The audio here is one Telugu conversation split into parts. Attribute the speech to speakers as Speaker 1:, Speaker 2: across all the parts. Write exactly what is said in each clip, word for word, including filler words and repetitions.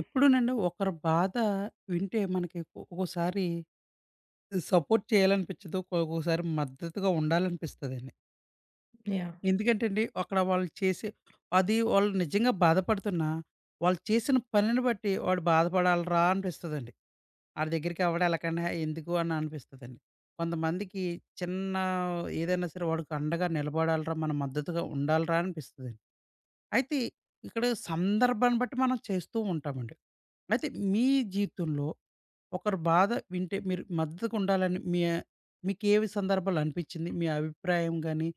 Speaker 1: ఎప్పుడూనండి ఒకరి బాధ వింటే మనకి ఒ- ఒక్కోసారి సపోర్ట్ చేయాలనిపించదు. ఒక్కోసారి మద్దతుగా ఉండాలనిపిస్తదండి.
Speaker 2: యాహ్!
Speaker 1: ఎందుకంటే అండి, అక్కడ వాళ్ళు చేసే అది వాళ్ళు నిజంగా బాధపడుతున్నా, వాళ్ళు చేసిన పనిని బట్టి వాడు బాధపడాలిరా అనిపిస్తదండి. ఆళ్ళ దగ్గరికి ఎవడు ఎళ్ళకండా ఎందుకు అని అనిపిస్తదండి. కొంతమందికి చిన్న ఏదైనా సరే వాడికి అండగా నిలబడాలిరా, మన మద్దతుగా ఉండాలిరా అనిపిస్తదండి. అయితే ఇక్కడ సందర్భాన్ని బట్టి మనం చేస్తూ ఉంటామండి. అయితే మీ జీవితంలో ఒకరి బాధ వింటే మీరు మద్దతుగా ఉండాలని మీ మీకేవి సందర్భాలు అనిపిచ్చింది? మీ అభిప్రాయం గాని,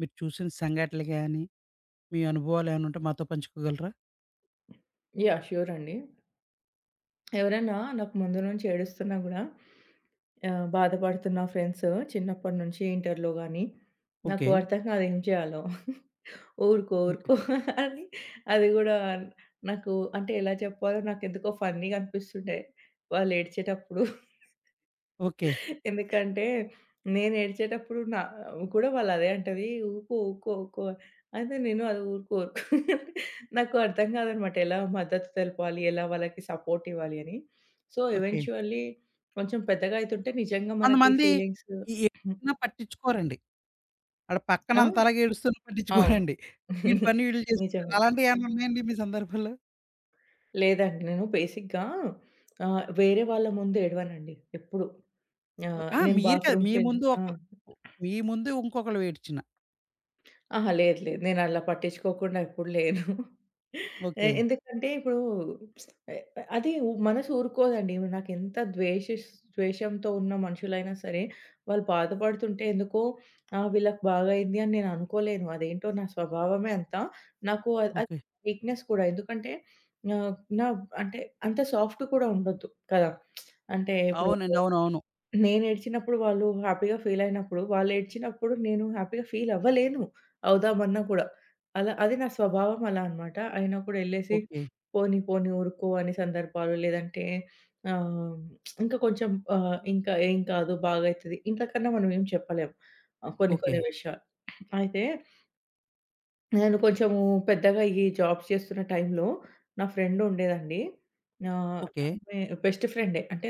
Speaker 1: మీరు చూసిన సంఘటనలు గాని, మీ అనుభవాలు ఏమైనా ఉంటే మాతో పంచుకోగలరా?
Speaker 2: యాహ్! ష్యూర్ అండి. ఎవరైనా నాకు ముందు నుంచి ఏడుస్తున్నా గూడా ఆహ్, బాధపడుతున్న ఫ్రెండ్స్ చిన్నప్పటి నుంచి ఇంటర్‌లో గానీ, నాకు
Speaker 1: ఓకే.
Speaker 2: అర్థం కాదు ఏం చేయాలో. ఊరుకో,
Speaker 1: ఓకే.
Speaker 2: ఊరుకో అని అది గూడా నాకు అంటే ఎలా చెప్పాలో నాకెందుకో ఫన్నీగా అనిపిస్తుండే వాళ్ళు ఏడ్చేటప్పుడు.
Speaker 1: ఓకే.
Speaker 2: ఎందుకంటే నేనేడ్చేటప్పుడు నా కూడా వాళ్ళు అదే అంటది. "ఊకో, ఊకో, ఊకో" అయితే నేను అది ఊరుకో, ఊరుకో నాకు అర్థం కాదనమాట. ఎలా మద్దతు తెలపాలి? ఎలా వాళ్ళకి సపోర్ట్ ఇవ్వాలి అని. So,
Speaker 1: okay.
Speaker 2: ఎవెన్చువల్లీ కొంచెం పెద్దగా అయితుంటే నిజంగా మనకి
Speaker 1: కొంతమంది
Speaker 2: ఫీలింగ్స్.
Speaker 1: ఎ ఎ చెప్పినా పట్టించుకోరండి. ఆడ పక్కన
Speaker 2: ఆ!
Speaker 1: అంతలాగా ఏడుస్తున్నా
Speaker 2: అవును.
Speaker 1: పట్టించుకోరండి. వీడి పని వీళ్ళు చేసుకుంటారు.
Speaker 2: నిజమే.
Speaker 1: అలాంటియేమన్నా ఉన్నాయండి మీ సందర్భాలు?
Speaker 2: లేదండి. నేను బేసిక్‌గా ఆహ్, వేరే వాళ్ళ ముందు ఏడవనండి ఎప్పుడు. ఆహ్,
Speaker 1: ఆ!
Speaker 2: నేను
Speaker 1: మీరు కాదు. మీ
Speaker 2: బాత్రూమ్‌కెళ్ళి
Speaker 1: ముందు
Speaker 2: ఆ!
Speaker 1: ఒకళ్ళు మీ ముందు ఇంకొకళ్ళు ఏడ్చిన.
Speaker 2: అహా! లేదు. లేదు. నేనలా పట్టించుకోకుండా ఎప్పుడు లేను. ఎ
Speaker 1: ఓకే.
Speaker 2: ఎందుకంటే ఇప్పుడు ఎ అది మనసు ఊరుకోదండి. నాకెంత ద్వేషిస్ ద్వేషంతో ఉన్న మనుషులైనా సరే, వాళ్ళు బాధపడుతుంటే ఎందుకో ఆహ్, వీళ్ళకి బాగయింది అని నేను అనుకోలేను. అదేంటో నా స్వభావమే అంత. నాకు అ అది
Speaker 1: ఓకే.
Speaker 2: వీక్‌నెస్ కూడా. ఎందుకంటే ఆహ్, నా అంటే అంత సాఫ్ట్ కూడా ఉండొద్దు కదా! అంటే ఇప్పుడు
Speaker 1: అవునండి. అవునవును.
Speaker 2: నేనేడ్చినప్పుడు వాళ్ళు హ్యాపీగా ఫీలయినప్పుడు, వాళ్ళేడ్చినప్పుడు నేను హ్యాపీగా ఫీలవ్వలేను. అవుదామన్నా కూడా. అలా అది నా స్వభావం అలా అనమాట. అయినప్పుడెళ్ళేసి
Speaker 1: ఓకే.
Speaker 2: పోనీ, పోనీ ఊరుకో అనే సందర్భాలు, లేదంటే ఆహ్, ఇంకా కొంచెం ఆహ్, ఇంకా ఏం కాదు బాగయితది. ఇంట్ల కన్నా మనం ఏం చెప్పలేం. ఆహ్, కొన్ని
Speaker 1: ఓకే.
Speaker 2: కొన్ని విషయాలు. అయితే నేను కొంచెము పెద్దగా ఈ జాబ్ చేస్తున్న టైంలో నా ఫ్రెండ్ ఉండేదండి. ఆహ్,
Speaker 1: ఓకే.
Speaker 2: ఆమె బెస్ట్ ఫ్రెండే. అంటే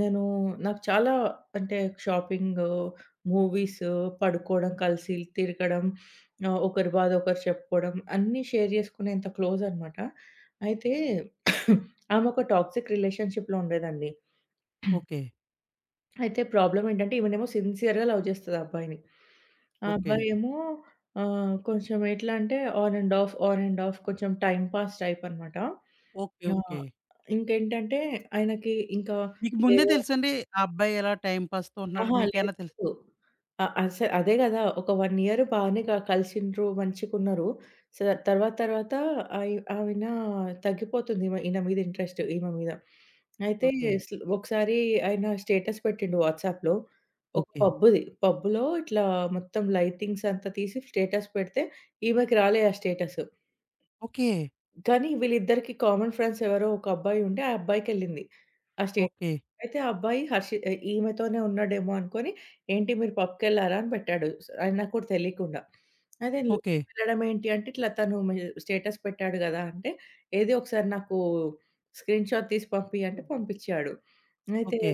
Speaker 2: నేను నాకు చాలా అంటే షాపింగు, మూవీసు, పడుకోవడం, కలిసి తిరగడం, ఆహ్, ఒకరి బాధ ఒకరు చెప్పుకోవడం అన్నీ షేర్ చేసుకునేంత క్లోజ్ అనమాట. అయితే ఆమె ఒక టాక్సిక్ రిలేషన్‌షిప్‌లో ఉండేదండి.
Speaker 1: ఓకే.
Speaker 2: అయితే ప్రాబ్లమ్ ఏంటంటే, ఈమెనేమో సిన్సియర్‌గా లవ్ చేస్తది ఆ అబ్బాయిని. ఆ
Speaker 1: ఓకే.
Speaker 2: అబ్బాయేమో ఆహ్, కొంచెం ఎట్లా అంటే on and off, on and off కొంచెం టైమ్ పాస్ టైప్ అనమాట.
Speaker 1: ఓకే.
Speaker 2: ఆ!
Speaker 1: ఓకే.
Speaker 2: ఇంకేంటంటే ఆయనకి ఇంకా
Speaker 1: మీకు ముందే
Speaker 2: వేరే
Speaker 1: తెలుసండి ఆ అబ్బాయి ఇలా టైమ్ పాస్‌తో ఉంటున్నాడని
Speaker 2: అహా!
Speaker 1: మీకైనా తెలుసా?
Speaker 2: లేదు. అ అస అదే గదా! ఒక 1 ఇయర్ బానే క కలిసిండ్రు, మంచిగున్నారు. స తర్వాత తర్వాత అయ్ ఆవిన తగ్గిపోతుంది ఈమె ఈయన మీద ఇంట్రెస్ట్ ఈమె మీద. అయితే
Speaker 1: ఓకే.
Speaker 2: స్ ఒకసారి ఆయన స్టేటస్ పెట్టిండు వాట్సాప్‌లో. ఒక
Speaker 1: ఓకే.
Speaker 2: పబ్బుది. పబ్బులో ఇట్లా మొత్తం లైటింగ్స్ అంతా తీసి స్టేటస్ పెడితే ఈమెకి రాలే ఆ స్టేటస్.
Speaker 1: ఓకే.
Speaker 2: కానీ వీళ్ళిద్దరికి కామన్ ఫ్రెండ్స్ ఎవరో ఒక అబ్బాయి ఉండే, ఆ అబ్బాయికెళ్ళింది. ఆ స్టే
Speaker 1: ఓకే.
Speaker 2: అయితే ఆ అబ్బాయి హర్షి ఆహ్, ఈమెతోనే ఉన్నాడేమో అనుకోని, "ఏంటి మీరు పబ్‌కెళ్లారా?" అని పెట్టాడు. స్ అది నాకు కూడా తెలియకుండా. అదే నేను
Speaker 1: ఓకే.
Speaker 2: వెళ్ళడం ఏంటి అంటే, ఇట్లా తను మె స్టేటస్ పెట్టాడు గదా! అంటే, "ఏది ఒకసారి నాకు స్క్రీన్‌షాట్ తీసి పంపియి" అంటే పంపించాడు.
Speaker 1: ఓకే.
Speaker 2: అయితే
Speaker 1: ఓకే.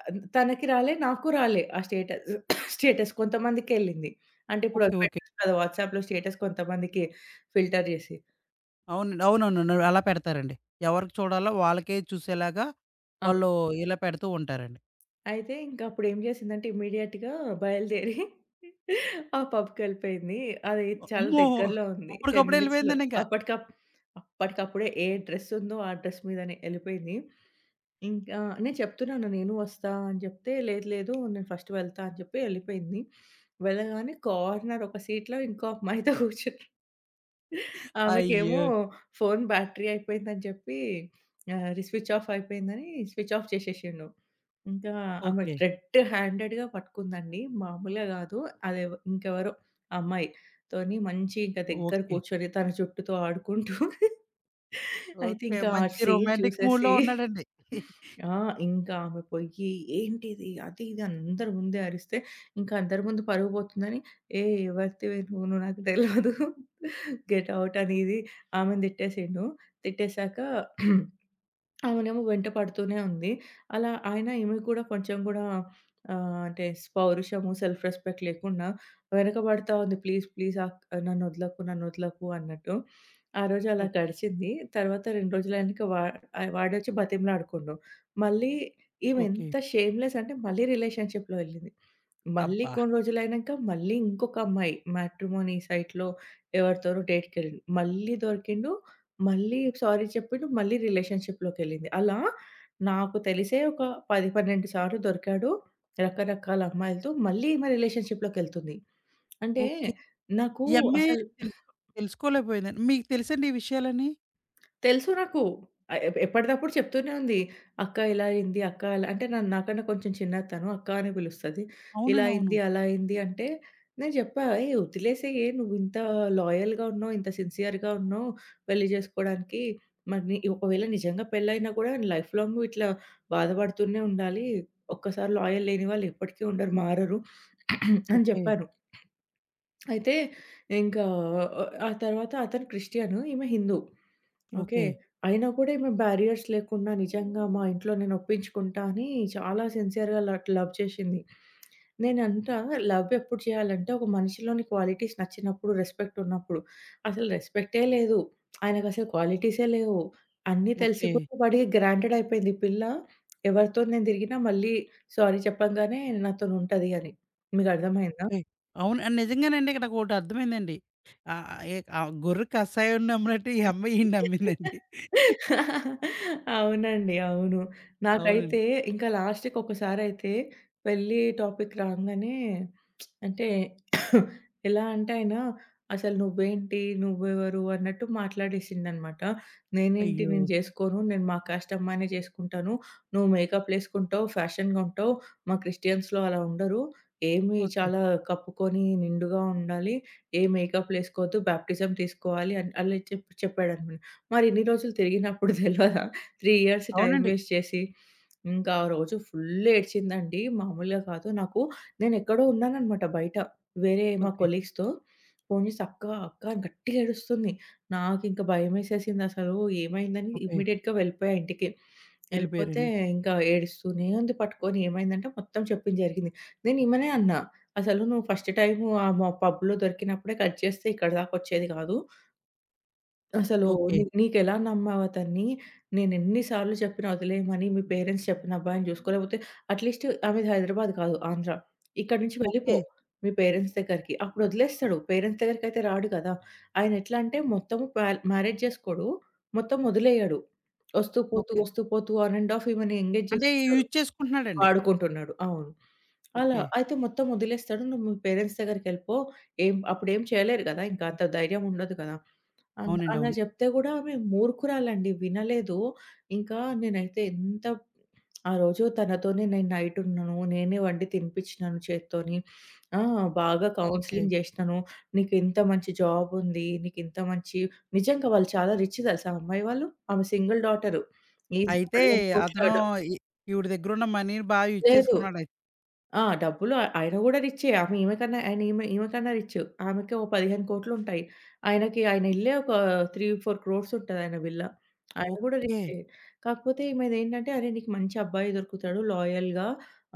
Speaker 2: ఆహ్, తనకి రాలే, నాకు రాలే ఆ స్టేటస్. స్టేటస్ కొంతమందికే ఎళ్ళింది. అంటే ఇప్పుడు
Speaker 1: ఓకే.
Speaker 2: అది
Speaker 1: ఓకే.
Speaker 2: పెట్టొచ్చు కదా! వాట్సాప్‌లో స్టేటస్ కొంతమందికి ఫిల్టర్ జేసి.
Speaker 1: అవునండి. అవునవును. అలా పెడతారండి. ఎవరికి చూడాలో వాళ్ళకే చూసేలాగా వాళ్ళు ఇలా పెడుతూ ఉంటారండి.
Speaker 2: అయితే ఇంకా అప్పుడేం జేసిందంటే ఇమ్మీడియేట్‌గా బయలుదేరి ఆ పబ్‌కెళ్ళిపోయింది. అది చాలా
Speaker 1: అమ్మో!
Speaker 2: దగ్గరలో ఉంది. పది
Speaker 1: అప్పటికప్పుడే
Speaker 2: మినిట్స్‌లో
Speaker 1: ఎళ్ళిపోయిందండింకా.
Speaker 2: అప్పటికప్ అప్పటికప్పుడే ఏ డ్రెస్ ఉందో ఆ డ్రెస్ మీదనే ఎళ్ళిపోయింది. ఇంకా నేను చెప్తున్నాను నేను వస్తా అని జెప్తే, లేదు లేదు నేను ఫస్ట్ వెళ్తా అని జెప్పి ఎళ్ళిపోయింది. వెళ్ళగానే కార్నర్ ఒక సీట్‌లో ఇంకో అమ్మాయితో కూర్చున్నాను. ఆమెకేమో
Speaker 1: అయ్యో!
Speaker 2: ఫోను బ్యాటరీ అయిపోయిందని చెప్పి ఆహ్, రి స్విచ్ ఆఫ్ అయిపోయిందని స్విచ్ ఆఫ్ చేసేసిండు. ఇంకా ఆమె
Speaker 1: ఓకే.
Speaker 2: రెడ్ హ్యాండెడ్‌గా పట్టుకుందండి. మామూలుగా కాదు. అదెవ ఇంకెవరో అమ్మాయి తోని మంచి ఇంక దగ్గర
Speaker 1: ఓకే.
Speaker 2: కూర్చొని తన జుట్టుతో ఆడుకుంటూ అయితే
Speaker 1: ఓకే.
Speaker 2: ఇంకా ఆ
Speaker 1: మంచి
Speaker 2: సీన్
Speaker 1: రొమాంటిక్ మూడ్‌లో
Speaker 2: చూసేసి
Speaker 1: ఉన్నాడండి.
Speaker 2: ఆ! ఇంకా ఆమె పొయ్యి "ఏంటిది? అది ఇది" అని అందరి ముందే అరిస్తే, ఇంకా అందరి ముందు పరువు పోతుందని, "ఏయ్! ఎవరితివి నువ్వు? నువ్వు నాకు తెలవదు. గెట్ ఔట్" అని ఇది ఆమెను తిట్టేసిండు. తిట్టేసాక ఆమెనేమో వెంట పడుతూనే ఉంది. అలా ఆయన ఈమెకి గూడా కొంచెం గూడా ఆహ్, అంటే పౌరుషము, సెల్ఫ్ రెస్పెక్ట్ లేకుండా వెనకబడతా ఉంది. ప్లీజ్, ప్లీజ్ అక్ నన్నొదలకు, నన్నొదలకు అన్నట్టు. ఆ రోజు అలా
Speaker 1: ఓకే.
Speaker 2: గడిచింది. తర్వాత రెండు రోజులైనంక వా ఆహ్, వాడొచ్చి బతిమలాడుకుండు. మళ్ళీ ఈమె
Speaker 1: ఓకే.
Speaker 2: ఎంత షేమ్‌లెస్ అంటే మళ్ళీ రిలేషన్‌షిప్‌లో ఎళ్ళింది. మళ్ళీ
Speaker 1: అబ్బా!
Speaker 2: కొన్ని రోజులైనంక మళ్ళీ ఇంకొక అమ్మాయి మ్యాట్రిమోనీ సైట్‌లో ఎవరితోనో డేట్‌కెళ్ళింది. మళ్ళీ దొరికిండు. మళ్ళీ సారీ చెప్పిండు. మళ్ళీ రిలేషన్‌షిప్‌లోకెళ్ళింది. అలా నాకు తెలిసే ఒక పది, పన్నెండు సార్లు దొరికాడు. రకరకాల అమ్మాయిలతో మళ్ళీ ఈమె రిలేషన్‌షిప్‌లోకెళ్తుంది. అంటే
Speaker 1: ఓకే.
Speaker 2: నాకు
Speaker 1: ఈ అమ్మాయి
Speaker 2: అసలు
Speaker 1: తెలుసుకో తెలుసుకోలేకపోయిందండి. మీకు తెలుసండి ఈ విషయాలన్నీ?
Speaker 2: తెలుసు నాకు. ఆహ్, ఎ ఎప్పటిదప్పుడు చెప్తూనే ఉంది. "అక్క ఇలా అయింది, అక్క అలా" అంటే నన్ను నాకన్నా కొంచెం చిన్నది తను. అక్క అని పిలుస్తది. ఇలా
Speaker 1: అవునండి. అవును.
Speaker 2: అయింది, అలా అయింది అంటే నేను చెప్పా, "ఏయ్! వదిలేసేయే నువ్వు ఇంత లాయల్‌గా ఉన్నావు, ఇంత సిన్సియర్‌గా ఉన్నావు పెళ్లి చేసుకోవడానికి. మరి నీ ఒకవేళ నిజంగా పెళ్లయినా కూడా లైఫ్ లాంగ్ ఇట్లా బాధపడుతూనే ఉండాలి. ఒక్కసారి లాయల్ లేని వాళ్ళు ఎప్పటికీ ఉండరు, మారరు" అని
Speaker 1: ఓకే.
Speaker 2: చెప్పాను. అయితే ఇంకా ఆహ్, ఆ తర్వాత అతను క్రిస్టియను, ఈమె హిందూ. ఓకే.
Speaker 1: ఓకే.
Speaker 2: అయినా కూడా ఈమె బ్యారియర్స్ లేకుండా నిజంగా మా ఇంట్లో నేను ఒప్పించుకుంటా అని చాలా సిన్సియర్‌గా ల లవ్ చేసింది. నేనంటా లవ్ ఎప్పుడు చేయాలంటే ఒక మనిషిలోని క్వాలిటీస్ నచ్చినప్పుడు, రెస్పెక్ట్ ఉన్నప్పుడు. అసలు రెస్పెక్టే లేదు. ఆయనకసలు క్వాలిటీసే లేవు. అన్నీ తెలిసి
Speaker 1: ఓకే.
Speaker 2: కూడా వాడికి గ్రాంటెడ్ అయిపోయింది ఈ పిల్ల. ఎవరితో నేను తిరిగినా మళ్ళీ సారీ చెప్పంగానే నాతోనుంటది అని. మీకర్థమయిందా?
Speaker 1: ఓకే. అవును. ఆహ్, నిజంగానండి ఇక్కడొకటి అర్థమైందండి. ఆహ్, ఏ ఆ గొర్రె కషాయం నమ్మినట్టు ఈ అమ్మాయి ఈడిని నమ్మిందండి.
Speaker 2: అవునండి. అవును.
Speaker 1: అవునండి.
Speaker 2: నాకైతే ఇంకా లాస్ట్‌కి ఒకసారయితే పెళ్లి టాపిక్ రాంగానే అంటే ఎలా అంటే ఆయన అసలు నువ్వేంటి? నువ్వెవరు? అన్నట్టు మాట్లాడేసిండనమాట. నేనేంటి?
Speaker 1: అయ్యో!
Speaker 2: నేను జేసుకోను. నేను మా కాస్ట్ అమ్మాయినే జేసుకుంటాను. నువ్వు మేకప్‌లేసుకుంటావు, ఫ్యాషన్‌గా ఉంటావు. మా క్రిస్టియన్స్‌లో అలా ఉండరు. ఏమి
Speaker 1: ఓకే.
Speaker 2: చాలా కప్పుకొని నిండుగా ఉండాలి. ఏ మేకప్‌లేసుకోవద్దు. బాప్టిజం తీసుకోవాలి అని అలా చెప్పి చెప్పాడనమాట. మరి ఇన్ని రోజులు తిరిగినప్పుడు తెలవదా? మూడు ఇయర్స్ టైమ్
Speaker 1: అవునండి.
Speaker 2: వేస్ట్ చేసి, ఇంకా ఆ రోజు ఫుల్ ఏడ్చిందండి. మామూలుగా కాదు. నాకు నేనెక్కడో ఉన్నాననమాట బయట. వేరే మా
Speaker 1: ఓకే.
Speaker 2: కొలీగ్స్‌తో. ఫోను చేసి "అక్క, అక్క" అని గట్టిగా ఏడుస్తుంది. నాకింక భయమేసేసిందసలు. ఏమైందని
Speaker 1: ఓకే.
Speaker 2: ఇమ్మీడియేట్‌గా వెళ్ళిపోయా ఇంటికి. వెళ్ళిపోతే
Speaker 1: వెళ్ళిపోయారండి.
Speaker 2: ఇంకా ఏడుస్తూనే ఉంది పట్టుకొని. ఏమైందంటే మొత్తం చెప్పింది జరిగింది. నేను ఈమెనే అన్నా. "అసలు నువ్వు ఫస్ట్ టైము ఆ మా పబ్‌లో దొరికినప్పుడే కట్ చేస్తే ఇక్కడి దాకొచ్చేది కాదు. అసలు
Speaker 1: ఓకే.
Speaker 2: నీ నీకెలా నమ్మావతన్ని? నేనెన్ని సార్లు చెప్పినా వదిలేయమని, మీ పేరెంట్స్ చెప్పిన అబ్బాయిని చూసుకో, లేకపోతే అట్‌లీస్ట్ ఆమెది హైదరాబాద్ కాదు, ఆంధ్ర. ఇక్కడి నుంచి వెళ్ళిపో
Speaker 1: ఓకే.
Speaker 2: మీ పేరెంట్స్ దగ్గరికి. అప్పుడు వదిలేస్తాడు. పేరెంట్స్ దగ్గరికైతే రాడు కదా! ఆయనెట్లా అంటే మొత్తము ప్యాల్ మ్యారేజ్ చేసుకోడు. మొత్తం వదిలేయడు. ఒస్తూ పోతూ,
Speaker 1: ఓకే.
Speaker 2: ఒస్తూ పోతూ ఆన్ అండ్ ఆఫ్ ఈమెని ఎంగేజ్
Speaker 1: అంటే
Speaker 2: చేసుకుంటాడు.
Speaker 1: యూజ్ చేసుకుంటున్నాడండి.
Speaker 2: వాడుకుంటున్నాడు. అవును. అలా.
Speaker 1: ఓకే.
Speaker 2: అయితే మొత్తం వదిలేస్తాడు. నువ్వు మీ పేరెంట్స్ దగ్గరికెళ్ళిపో. ఏం అప్పుడేం చేయలేరు కదా! ఇంకా అంత ధైర్యం ఉండదు కదా! అన్
Speaker 1: అవునండి.
Speaker 2: అలా
Speaker 1: అవును.
Speaker 2: జెప్తే గూడా ఆమె మూర్ఖురాలండి. వినలేదు. ఇంకా నేనైతే ఎంత ఆ రోజు తనతోనే నేను నైటున్నాను. నేనే వండి తినిపిచ్చినాను చేత్తోని. ఆ! బాగా
Speaker 1: ఓకే.
Speaker 2: కౌన్సెలింగ్ జేసినాను. "నీకింత మంచి జాబుంది. నీకింత మంచి" నిజంగా వాళ్ళు చాలా రిచ్ దెలుసా ఆ అమ్మాయి వాళ్ళు. ఆమె సింగిల్ డాటరు. ఈజీగా
Speaker 1: అయితే
Speaker 2: 15,00,00,000
Speaker 1: అతను
Speaker 2: డ
Speaker 1: ఈ ఈవిడ దగ్గరున్న మనీని బా యూజ్
Speaker 2: లేదు.
Speaker 1: చేసుకున్నాడయితే.
Speaker 2: ఆ! డబ్బులు ఆయన గూడా రిచ్చే. ఆమె ఈమె కన్నా ఆయన ఈమె ఈమె కన్నా రిచ్చు. ఆమెకి ఓ పదిహేను కోట్లు ఆయనకి ఆయన ఇల్లే ఒక మూడు, నాలుగు క్రోర్స్ ఉంటది ఆయన విల్లా. ఆయన గూడా
Speaker 1: ఓకే.
Speaker 2: రిచ్చే. కాకపోతే ఈమెదేంటంటే, "అరే! నీకు మంచి అబ్బాయి దొరుకుతాడు లాయల్‌గా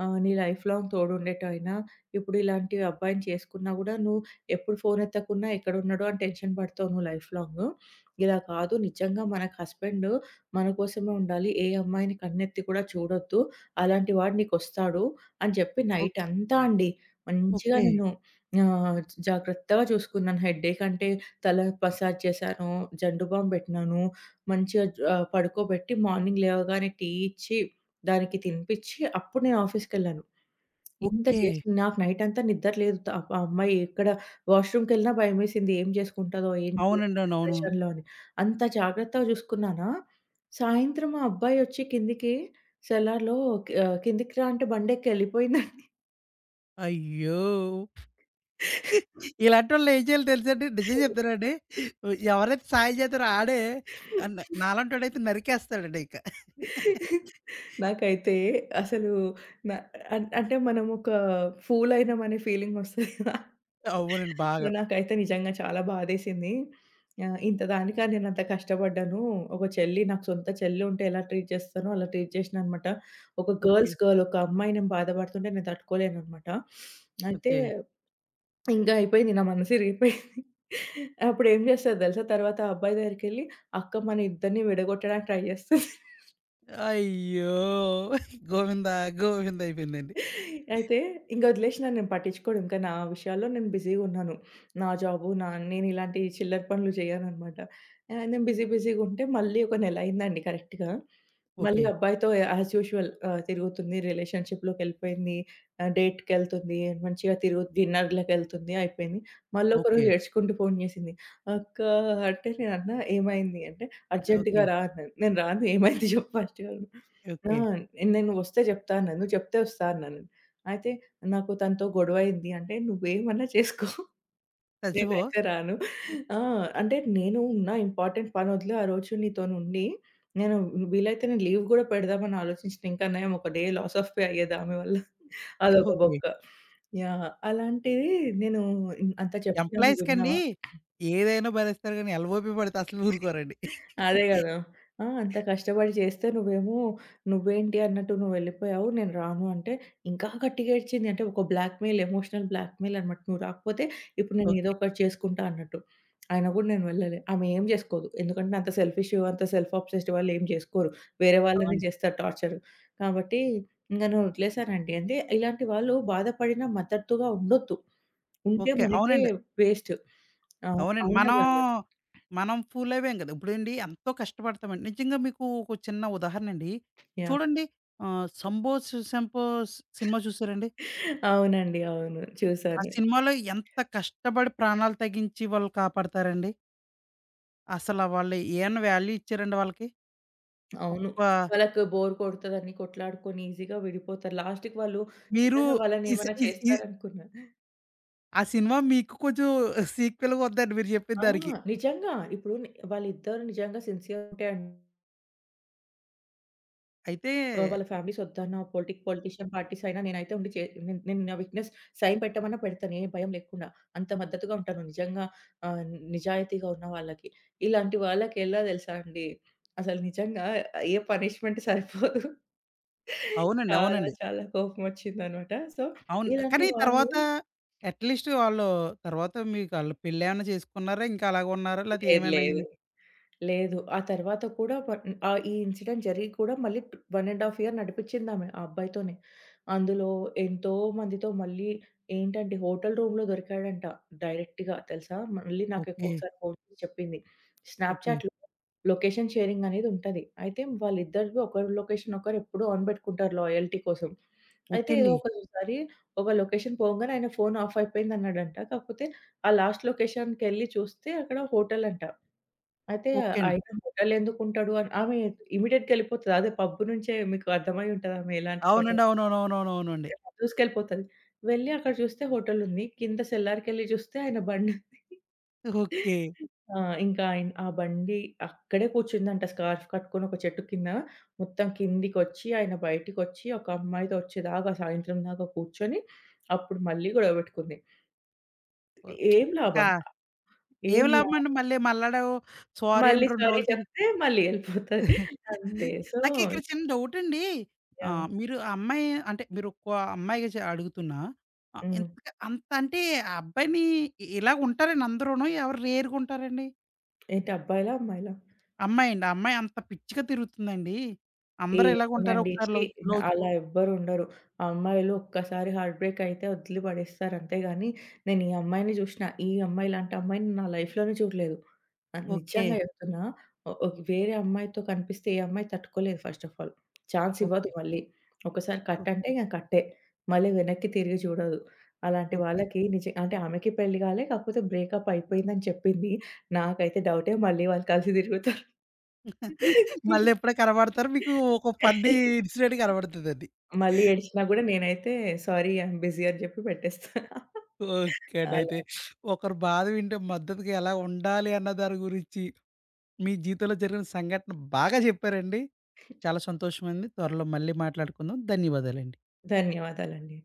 Speaker 2: ఆహ్, నీ లైఫ్ లాంగ్ తోడుండేటాయన. ఇప్పుడు ఇలాంటి అబ్బాయిని చేసుకున్నా గూడా నువ్వు ఎప్పుడు ఫోన్ ఎత్తకున్నా ఎక్కడున్నాడో అని టెన్షన్ పడతావు నువ్వు లైఫ్ లాంగు. ఇలా కాదు నిజంగా మనకు హస్బెండ్ మన కోసమే ఉండాలి. ఏ అమ్మాయిని కన్నెత్తి కూడా చూడొద్దు. అలాంటి వాడు నీకొస్తాడు." అని చెప్పి
Speaker 1: ఓ
Speaker 2: నైటంతా అండి మంచిగా
Speaker 1: ఓకే.
Speaker 2: నేను ఆహ్, జాగ్రత్తగా చూసుకున్నాను. హెడ్‌ఏక్ అంటే తల మసాజ్ చేశాను, జండు బామ్ పెట్టినాను, మంచిగా జ ఆహ్, పడుకోబెట్టి మార్నింగ్ లేవగానే టీ ఇచ్చి, దానికి తినిపిచ్చి అప్పుడు నేను ఆఫీస్‌కెళ్ళాను. ఇంత
Speaker 1: ఓకే.
Speaker 2: చేసి నాకు నైటంతా నిద్ర లేదు. త ఆ అమ్మాయి ఎక్కడ వాష్‌రూమ్‌కెళ్ళినా భయమేసింది ఏం చేసుకుంటదో ఏంటో
Speaker 1: అవునండి. అవును. అవునవును.
Speaker 2: డిప్రెషన్‌లో అని. అంత జాగ్రత్తగా చూసుకున్నానా, సాయంత్రం ఆ అబ్బాయి వచ్చి కిందికి సెలార్‌లో ఆహ్, కిందికి రా అంటే బండెక్కి ఎళ్ళిపోయిందండి.
Speaker 1: అయ్యో! ఇలాంటోళ్ళు ఏం చేయాలో తెలుసండి? నిజం చెప్తానండి. ఎవరైతే సాయం చేత్తారో ఆడే న నాలాంటోడైతే నరికేస్తాడండి ఇంక.
Speaker 2: నాకైతే అసలు న అన్ అంటే మనం ఒక ఫూల్ అయినామనే ఫీలింగ్ వస్తది కదా!
Speaker 1: అవునండి.
Speaker 2: సో,
Speaker 1: బాగా.
Speaker 2: నాకైతే నిజంగా చాలా బాధేసింది. ఆహ్, ఇంత దానికా నేనంత కష్టపడ్డాను. ఒక చెల్లి నాకు సొంత చెల్లి ఉంటే ఎలా ట్రీట్ చేస్తానో అలా ట్రీట్ చేసిననమాట. ఒక
Speaker 1: ఓకే.
Speaker 2: గర్ల్స్ గర్ల్ ఒక అమ్మాయి నేను బాధపడుతుంటే నేను తట్టుకోలేననమాట. అయితే
Speaker 1: ఓకే.
Speaker 2: ఇంకా అయిపోయింది. నా మనసు ఇరిగిపోయింది. అప్పుడు ఏం జేస్తది దెలుసా? తర్వాత ఆ అబ్బాయి దగ్గరికెళ్ళి, అక్క మన ఇద్దరిని విడగొట్టడానికి ట్రై జేస్తది.
Speaker 1: అయ్యో! గోవిందా గోవింద అయిపోయిందండి.
Speaker 2: అయితే ఇంక వదిలేసినా నేను పట్టించుకోను. ఇంకా నా విషయాల్లో నేను బిజీగున్నాను. నా జాబు నా నేనిలాంటి చిల్లర పనులు చేయననమాట. ఆహ్, నేను బిజీ బిజీగుంటే మళ్ళీ ఒక నెల అయిందండి కరెక్ట్‌గా. మళ్ళీ
Speaker 1: ఓకే.
Speaker 2: అబ్బాయితో యాజ్ యూజువల్ ఆహ్, తిరుగుతుంది. రిలేషన్‌షిప్‌లోకెళ్ళిపోయింది. ఆహ్, డేట్‌కెళ్తుంది. మంచిగా తిరుగు డిన్నర్‌లకెళ్తుంది అయిపోయింది.
Speaker 1: ఓకే.
Speaker 2: మళ్ళొకరోజు ఏడ్చుకుంటూ ఫోను చేసింది. "అక్క" అంటే నేనన్నా "ఏమైంది?" అంటే
Speaker 1: ఓకే.
Speaker 2: "అర్జెంట్‌గా రా" అన్నది. నేను రాను ఏమైంది చెప్పు ఫస్ట్ అన్నా. ఆ!
Speaker 1: ఓకే.
Speaker 2: నేను వస్తే జెప్తా అన్నాను. నువ్వు చెప్తే వస్తా అన్నాను. అయితే నాకు తనతో గొడవయింది అంటే "నువ్వేమన్నా చేసుకో
Speaker 1: చచ్చిపో.
Speaker 2: నేనైతే రాను." ఆ! అంటే నేను నా ఇంపార్టెంట్ పనొదిలి ఆ రోజు నీతోనుండి నేను వీలైతే నేను లీవ్ గూడా పెడదామని ఆలోచించిన. ఇంకా నయం ఒక డే లాస్ ఆఫ్ పే అయ్యేది ఆమె వల్ల. అదొక
Speaker 1: ఓకే.
Speaker 2: బొక్క. యాహ్! అలాంటిది నేను అంత చెప్పినా నువ్వు
Speaker 1: ఎంప్లాయీస్‌కండి
Speaker 2: విన్నావా?
Speaker 1: ఏదైనా భరిస్తారు గానీ ఎల్‌ఓపి పడితే అసలు ఊరుకోరండి.
Speaker 2: అదే గదా! ఆ! అంత కష్టపడి చేస్తే నువ్వేమో నువ్వేంటి అన్నట్టు నువ్వెళ్ళిపోయావు. నేను రాను అంటే ఇంకా గట్టిగా ఏడ్చింది. అంటే ఒక బ్లాక్‌మెయిల్ ఎమోషనల్ బ్లాక్‌మెయిల్ అన్నమాట. నువ్వు రాకపోతే ఇప్పుడు నేను ఏదో
Speaker 1: ఓకే.
Speaker 2: ఒకటి చేసుకుంటా అన్నట్టు. అయినా గూడా నేను వెళ్ళలే. ఆమె ఏం జేసుకోదు. ఎందుకంటే అంత సెల్ఫిష్, అంత సెల్ఫ్ అబ్సెస్డ్ వాళ్ళు ఏం జేసుకోరు. వేరే వాళ్ళనే
Speaker 1: అవును.
Speaker 2: జేస్తారు టార్చర్. కాబట్టి ఇంక నేను వదిలేసానండి. అంటే ఇలాంటి వాళ్ళు బాధపడినా మద్దతుగా ఉండొద్దు. ఉంటే
Speaker 1: ఓకే.
Speaker 2: మనకే
Speaker 1: అవునండి.
Speaker 2: వేస్ట్. ఆ!
Speaker 1: అవునండి.
Speaker 2: అవునా గదా!
Speaker 1: మనం, మనం ఫూల్ అవ్వాం కదా! ఇప్పుడండి ఎంతో కష్టపడతామండి. నిజంగా మీకు ఒక చిన్న ఉదాహరణండి.
Speaker 2: యాహ్!
Speaker 1: చూడండి ఆహ్, 'సంబో సు 'సంపో' స్ సినిమా చూసారండి?
Speaker 2: అవునండి. అవును.
Speaker 1: ఆ
Speaker 2: చూసాను.
Speaker 1: సినిమాలో ఎంత కష్టపడి ప్రాణాలు తెగించి వాళ్ళు కాపాడతారండి. అసల వాళ్ళు ఏమన్నా వాల్యూ ఇచ్చారండి వాళ్ళకి?
Speaker 2: అవును.
Speaker 1: ఒక్క
Speaker 2: వాళ్ళకి బోర్ కొడతదని కొట్లాడుకొని ఈజీగా విడిపోతారు. లాస్ట్‌కి వాళ్ళు
Speaker 1: మీరు
Speaker 2: నిజంగా వాళ్ళని
Speaker 1: ఈ సి
Speaker 2: ఏమైనా
Speaker 1: ఈ ఈ
Speaker 2: చేస్తారనుకున్నా.
Speaker 1: ఆ సినిమా మీకు కొంచెం సీక్వెల్‌గా ఉందండి మీరు చెప్పిన
Speaker 2: ఆ!
Speaker 1: దానికి.
Speaker 2: నిజంగా. ఇప్పుడు ని వాళ్ళిద్దరూ నిజంగా సిన్సియర్ ఉంటే అండి
Speaker 1: అయితే
Speaker 2: ఆహ్, వాళ్ళ ఫ్యామిలీస్ వద్దన్నా పొలిటిక్ పొలిటీషియన్ పార్టీస్ అయినా నేనైతే ఉండి చే నేను నేను నా విట్‌నెస్ సైన్ పెట్టమన్నా పెడతాను. ఏ భయం లేకుండా. అంత మద్దతుగా ఉంటాను. నిజంగా ఆహ్, నిజాయితీగా ఉన్న వాళ్ళకి. ఇలాంటి వాళ్ళకి ఎలా తెలుసా అండి? అసలు నిజంగా ఏ పనిష్మెంట్ సరిపోదు.
Speaker 1: అవునండి.
Speaker 2: చాలా
Speaker 1: అవునండి.
Speaker 2: చాలా కోపమొచ్చిందనమాట. సో,
Speaker 1: అవును.
Speaker 2: ఇలాంటి
Speaker 1: కానీ
Speaker 2: వాళ్ళు
Speaker 1: తర్వాత అట్‌లీస్ట్ వాళ్ళు తర్వాత మీకు ఆళ్ళు పెళ్లేమన్నా చేసుకున్నారా? ఇంకా అలాగే ఉన్నారా? లేతే
Speaker 2: లేదు
Speaker 1: ఏమైనా
Speaker 2: లేదు.
Speaker 1: అయింది?
Speaker 2: లేదు. ఆ తర్వాత కూడా వ ఆహ్, ఈ ఇన్సిడెంట్ జరిగి కూడా మళ్ళీ ఒకటిన్నర ఇయర్ నడిపించిందామె ఆ అబ్బాయితోనే. అందులో ఎంతో మందితో మళ్ళీ ఏంటంటే హోటల్ రూమ్‌లో దొరికాడంట డైరెక్ట్‌గా తెలుసా? మళ్ళీ నాకు
Speaker 1: ఓకే.
Speaker 2: ఒకసారి ఫోన్ చేసి చెప్పింది.
Speaker 1: ఓకే.
Speaker 2: స్నాప్‌చాట్‌లో లొకేషన్ షేరింగ్ అనేది ఉంటది. అయితే వాళ్ళిద్దరిది ఒకరి లొకేషన్ ఒకరు ఎప్పుడూ ఆన్ పెట్టుకుంటారు లాయల్టీ కోసం. అయితే
Speaker 1: ఓకే
Speaker 2: ఏదో
Speaker 1: అండి.
Speaker 2: ఒకసారి ఒక లొకేషన్ పోగానే ఆయన ఫోన్ ఆఫ్ అయిపోయిందన్నాడంట. కాకపోతే ఆ లాస్ట్ లొకేషన్‌కెళ్ళి చూస్తే అక్కడ హోటల్ అంట. అయితే
Speaker 1: ఓకే అండి.
Speaker 2: ఆయన హోటలెందుకుంటాడు అని ఆమె ఇమ్మీడియేట్‌గా ఎళ్ళిపోతది. అదే పబ్ నుంచే మీకు అర్థమై ఉంటది ఆమె ఎలాంటి
Speaker 1: అవునండి.
Speaker 2: స్వభావం.
Speaker 1: అవునవునవునవునవునండి.
Speaker 2: దూసుకెళ్ళిపోతది. వెళ్ళి అక్కడ చూస్తే హోటలుంది. కింద సెల్లార్‌కెళ్ళి చూస్తే ఆయన బండుంది.
Speaker 1: ఓకే.
Speaker 2: ఆ! ఇంకా ఆయన ఆ బండి అక్కడే కూర్చుందంట స్కార్ఫ్ కట్టుకొని ఒక చెట్టు కింద. మొత్తం కిందికొచ్చి ఆయన బయటికొచ్చి ఒక అమ్మాయితో వచ్చేదాకా సాయంత్రం దాకా కూర్చొని అప్పుడు మళ్ళీ గొడవ పెట్టుకుంది.
Speaker 1: ఓహ్!
Speaker 2: ఏం
Speaker 1: ఇంకా
Speaker 2: లాభం?
Speaker 1: ఏమి
Speaker 2: ఏం లాభం?
Speaker 1: లాభమండి మళ్ళీ మల్లాడు సారీ అని
Speaker 2: మళ్ళీ
Speaker 1: రెండు
Speaker 2: సారీ
Speaker 1: రోజులు తిరిగి
Speaker 2: చెప్తే మళ్ళీ ఎళ్ళిపోతది. అంతే. సో
Speaker 1: నాకిక్కడ చిన్న డౌటండి.
Speaker 2: యాహ్!
Speaker 1: ఆహ్, మీరు ఆ అమ్మాయి అంటే మీరు ఒక్క అమ్మాయిగా చ అడుగుతున్నా. ఆహ్,
Speaker 2: హ్మ్.
Speaker 1: ఇంతక అంత అంటే ఆ అబ్బాయిని ఇ ఇలా ఉంటారండి అందరూను? ఎవరు రేర్‌గా ఉంటారండి?
Speaker 2: ఏంటి అబ్బాయిలా? అమ్మాయిలా?
Speaker 1: అమ్మాయండి. ఆ అమ్మాయి అంత పిచ్చిగా తిరుగుతుందండి. అందరూ ఇలాగుంటారు.
Speaker 2: ఏమోనండి.
Speaker 1: ఒకసారి
Speaker 2: ఛీ!
Speaker 1: లవ్ లవ్
Speaker 2: అలా ఎవ్వరుండరు. అమ్మాయిలు ఒక్కసారి హార్ట్ బ్రేక్ అయితే వదిలి పడేస్తారు అంతే గాని, నేను ఈ అమ్మాయిని జూషిన. ఈ అమ్మాయి లాంటి అమ్మాయిని నా లైఫ్‌లోనే చూడలేదు. ఆహ్,
Speaker 1: ఓకే.
Speaker 2: నిజంగా జెప్తున్నా. ఒ ఒక వేరే అమ్మాయితో కనిపిస్తే ఏ అమ్మాయి తట్టుకోలేదు ఫస్ట్ ఆఫ్ ఆల్. ఛాన్స్ ఇవ్వదు
Speaker 1: ఓకే.
Speaker 2: మళ్ళీ. ఒకసారి కట్
Speaker 1: ఓహ్!
Speaker 2: అంటే ఇగ కట్టే. మళ్ళీ వెనక్కి తిరిగి చూడదు. అలాంటి
Speaker 1: ఓకే.
Speaker 2: వాళ్ళకి నిజ అంటే ఆమెకి పెళ్లి గాలే. కాకపోతే బ్రేకప్ అయిపోయిందని చెప్పింది. నాకైతే డౌటే మళ్ళీ వాళ్ళు కలిసి తిరుగుతారు.
Speaker 1: మళ్ళెప్పుడో కనబడతారు. మీకు ఒక ఫన్నీ ఇన్సిడెంట్ కనబడుతదది.
Speaker 2: మళ్ళీ ఏడ్చినా గూడా నేనైతే సారీ ఐ యామ్ బిజీ అని జెప్పి పెట్టేస్తా.
Speaker 1: ఓకే అండి.
Speaker 2: అలా.
Speaker 1: అయితే ఒకరి బాధ వింటే మద్దతుగా ఎలా ఉండాలి అన్న దాని గురించి మీ జీవితంలో జరిగిన సంఘటన బాగా చెప్పారండి. చాలా సంతోషమంది. త్వరలో మళ్ళీ మాట్లాడుకుందాం. ధన్యవాదాలండి.
Speaker 2: ధన్యవాదాలండి.